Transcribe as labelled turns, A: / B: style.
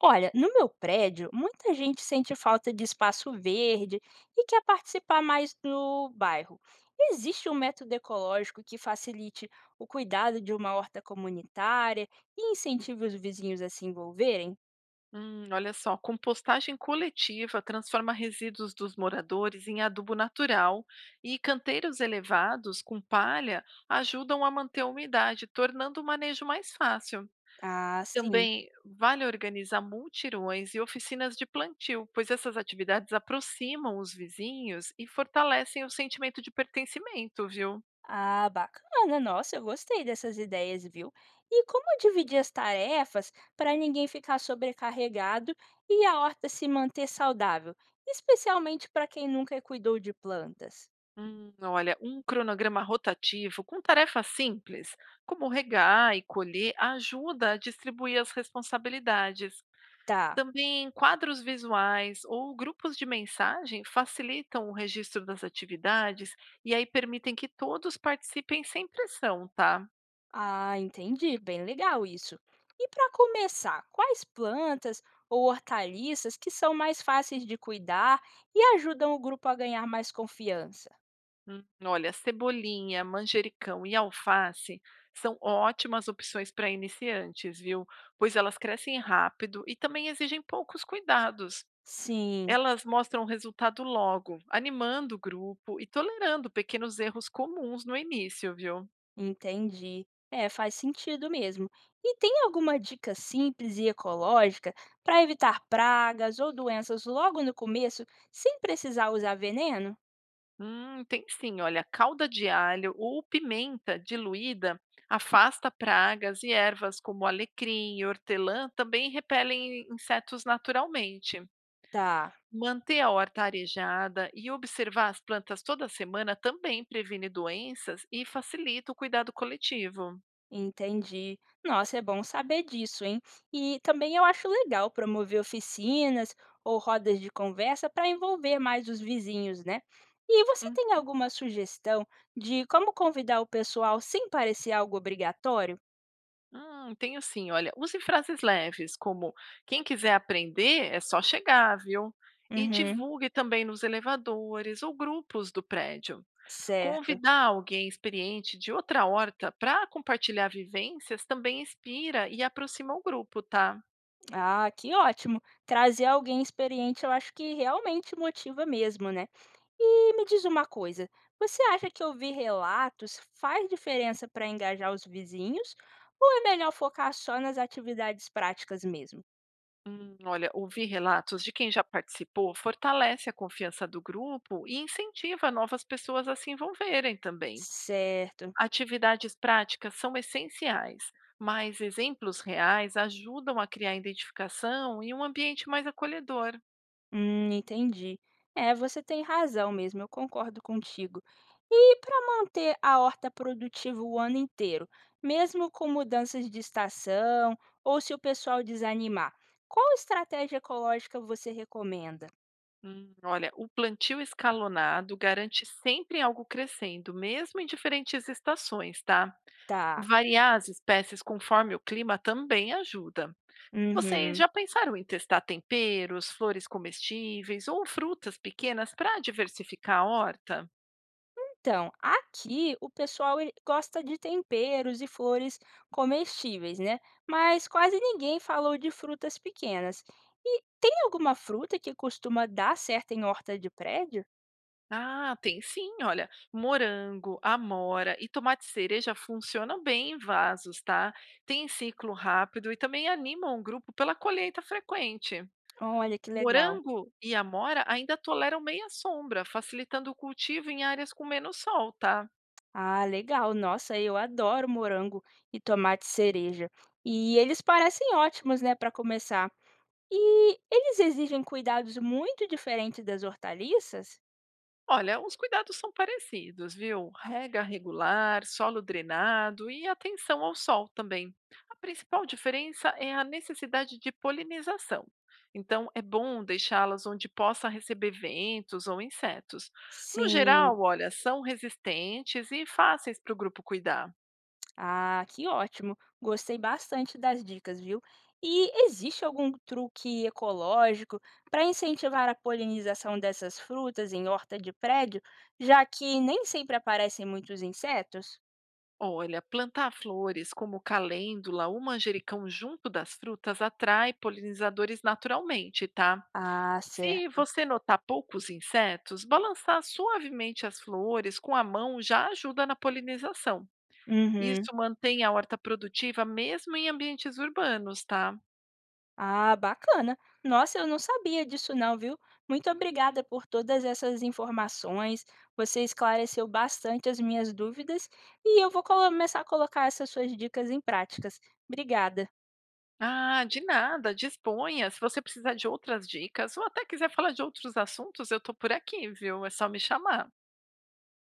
A: Olha, no meu prédio, muita gente sente falta de espaço verde e quer participar mais do bairro. Existe um método ecológico que facilite o cuidado de uma horta comunitária e incentive os vizinhos a se envolverem?
B: Olha só, compostagem coletiva transforma resíduos dos moradores em adubo natural e canteiros elevados com palha ajudam a manter a umidade, tornando o manejo mais fácil.
A: Ah, sim.
B: Também vale organizar multirões e oficinas de plantio, pois essas atividades aproximam os vizinhos e fortalecem o sentimento de pertencimento, viu?
A: Ah, bacana. Nossa, eu gostei dessas ideias, viu? E como dividir as tarefas para ninguém ficar sobrecarregado e a horta se manter saudável, especialmente para quem nunca cuidou de plantas?
B: Olha, um cronograma rotativo com tarefas simples, como regar e colher, ajuda a distribuir as responsabilidades.
A: Tá.
B: Também quadros visuais ou grupos de mensagem facilitam o registro das atividades e aí permitem que todos participem sem pressão, tá?
A: Ah, entendi. Bem legal isso. E para começar, quais plantas ou hortaliças que são mais fáceis de cuidar e ajudam o grupo a ganhar mais confiança?
B: Olha, cebolinha, manjericão e alface são ótimas opções para iniciantes, viu? Pois elas crescem rápido e também exigem poucos cuidados.
A: Sim,
B: Elas mostram o resultado logo, animando o grupo e tolerando pequenos erros comuns no início, viu?
A: entendi. É, faz sentido mesmo. E tem alguma dica simples e ecológica para evitar pragas ou doenças logo no começo, sem precisar usar veneno?
B: Tem sim, olha, calda de alho ou pimenta diluída afasta pragas e ervas como alecrim e hortelã também repelem insetos naturalmente.
A: Tá.
B: Manter a horta arejada e observar as plantas toda semana também previne doenças e facilita o cuidado coletivo.
A: Entendi. Nossa, é bom saber disso, hein? E também eu acho legal promover oficinas ou rodas de conversa para envolver mais os vizinhos, né? E você tem alguma sugestão de como convidar o pessoal sem parecer algo obrigatório?
B: Tenho sim. Olha, use frases leves, como quem quiser aprender é só chegar, viu? E
A: Uhum,
B: divulgue também nos elevadores ou grupos do prédio.
A: certo.
B: Convidar alguém experiente de outra horta para compartilhar vivências também inspira e aproxima o grupo, tá?
A: Ah, que ótimo. Trazer alguém experiente eu acho que realmente motiva mesmo, né? E me diz uma coisa, você acha que ouvir relatos faz diferença para engajar os vizinhos ou é melhor focar só nas atividades práticas mesmo?
B: Olha, ouvir relatos de quem já participou fortalece a confiança do grupo e incentiva novas pessoas a se envolverem também.
A: Certo.
B: Atividades práticas são essenciais, mas exemplos reais ajudam a criar identificação e um ambiente mais acolhedor.
A: Entendi. É, você tem razão mesmo, eu concordo contigo. E para manter a horta produtiva o ano inteiro, mesmo com mudanças de estação ou se o pessoal desanimar, qual estratégia ecológica você recomenda?
B: Olha, o plantio escalonado garante sempre algo crescendo, mesmo em diferentes estações, tá?
A: Tá.
B: Variar as espécies conforme o clima também ajuda. Vocês
A: Uhum.
B: já pensaram em testar temperos, flores comestíveis ou frutas pequenas para diversificar a horta?
A: Então, aqui o pessoal ele gosta de temperos e flores comestíveis, né? Mas quase ninguém falou de frutas pequenas. E tem alguma fruta que costuma dar certo em horta de prédio?
B: Ah, tem sim, olha, morango, amora e tomate cereja funcionam bem em vasos, tá? Tem ciclo rápido e também animam o grupo pela colheita frequente.
A: Olha que legal.
B: Morango e amora ainda toleram meia sombra, facilitando o cultivo em áreas com menos sol, tá?
A: Ah, legal. Nossa, eu adoro morango e tomate cereja. E eles parecem ótimos, né, para começar. E eles exigem cuidados muito diferentes das hortaliças?
B: Olha, os cuidados são parecidos, viu? Rega regular, solo drenado e atenção ao sol também. A principal diferença é a necessidade de polinização. Então, é bom deixá-las onde possa receber ventos ou insetos. No geral,
A: Sim.
B: olha, são resistentes e fáceis para o grupo cuidar.
A: Ah, que ótimo! Gostei bastante das dicas, viu? E existe algum truque ecológico para incentivar a polinização dessas frutas em horta de prédio, já que nem sempre aparecem muitos insetos?
B: Olha, plantar flores como calêndula ou manjericão junto das frutas atrai polinizadores naturalmente, tá?
A: Ah,
B: Se
A: certo.
B: você notar poucos insetos, balançar suavemente as flores com a mão já ajuda na polinização.
A: Uhum.
B: Isso mantém a horta produtiva mesmo em ambientes urbanos, tá?
A: Ah, bacana. Nossa, eu não sabia disso não, viu? Muito obrigada por todas essas informações. Você esclareceu bastante as minhas dúvidas e eu vou começar a colocar essas suas dicas em práticas. Obrigada.
B: Ah, de nada, disponha. Se você precisar de outras dicas ou até quiser falar de outros assuntos, eu tô por aqui, viu? É só me chamar.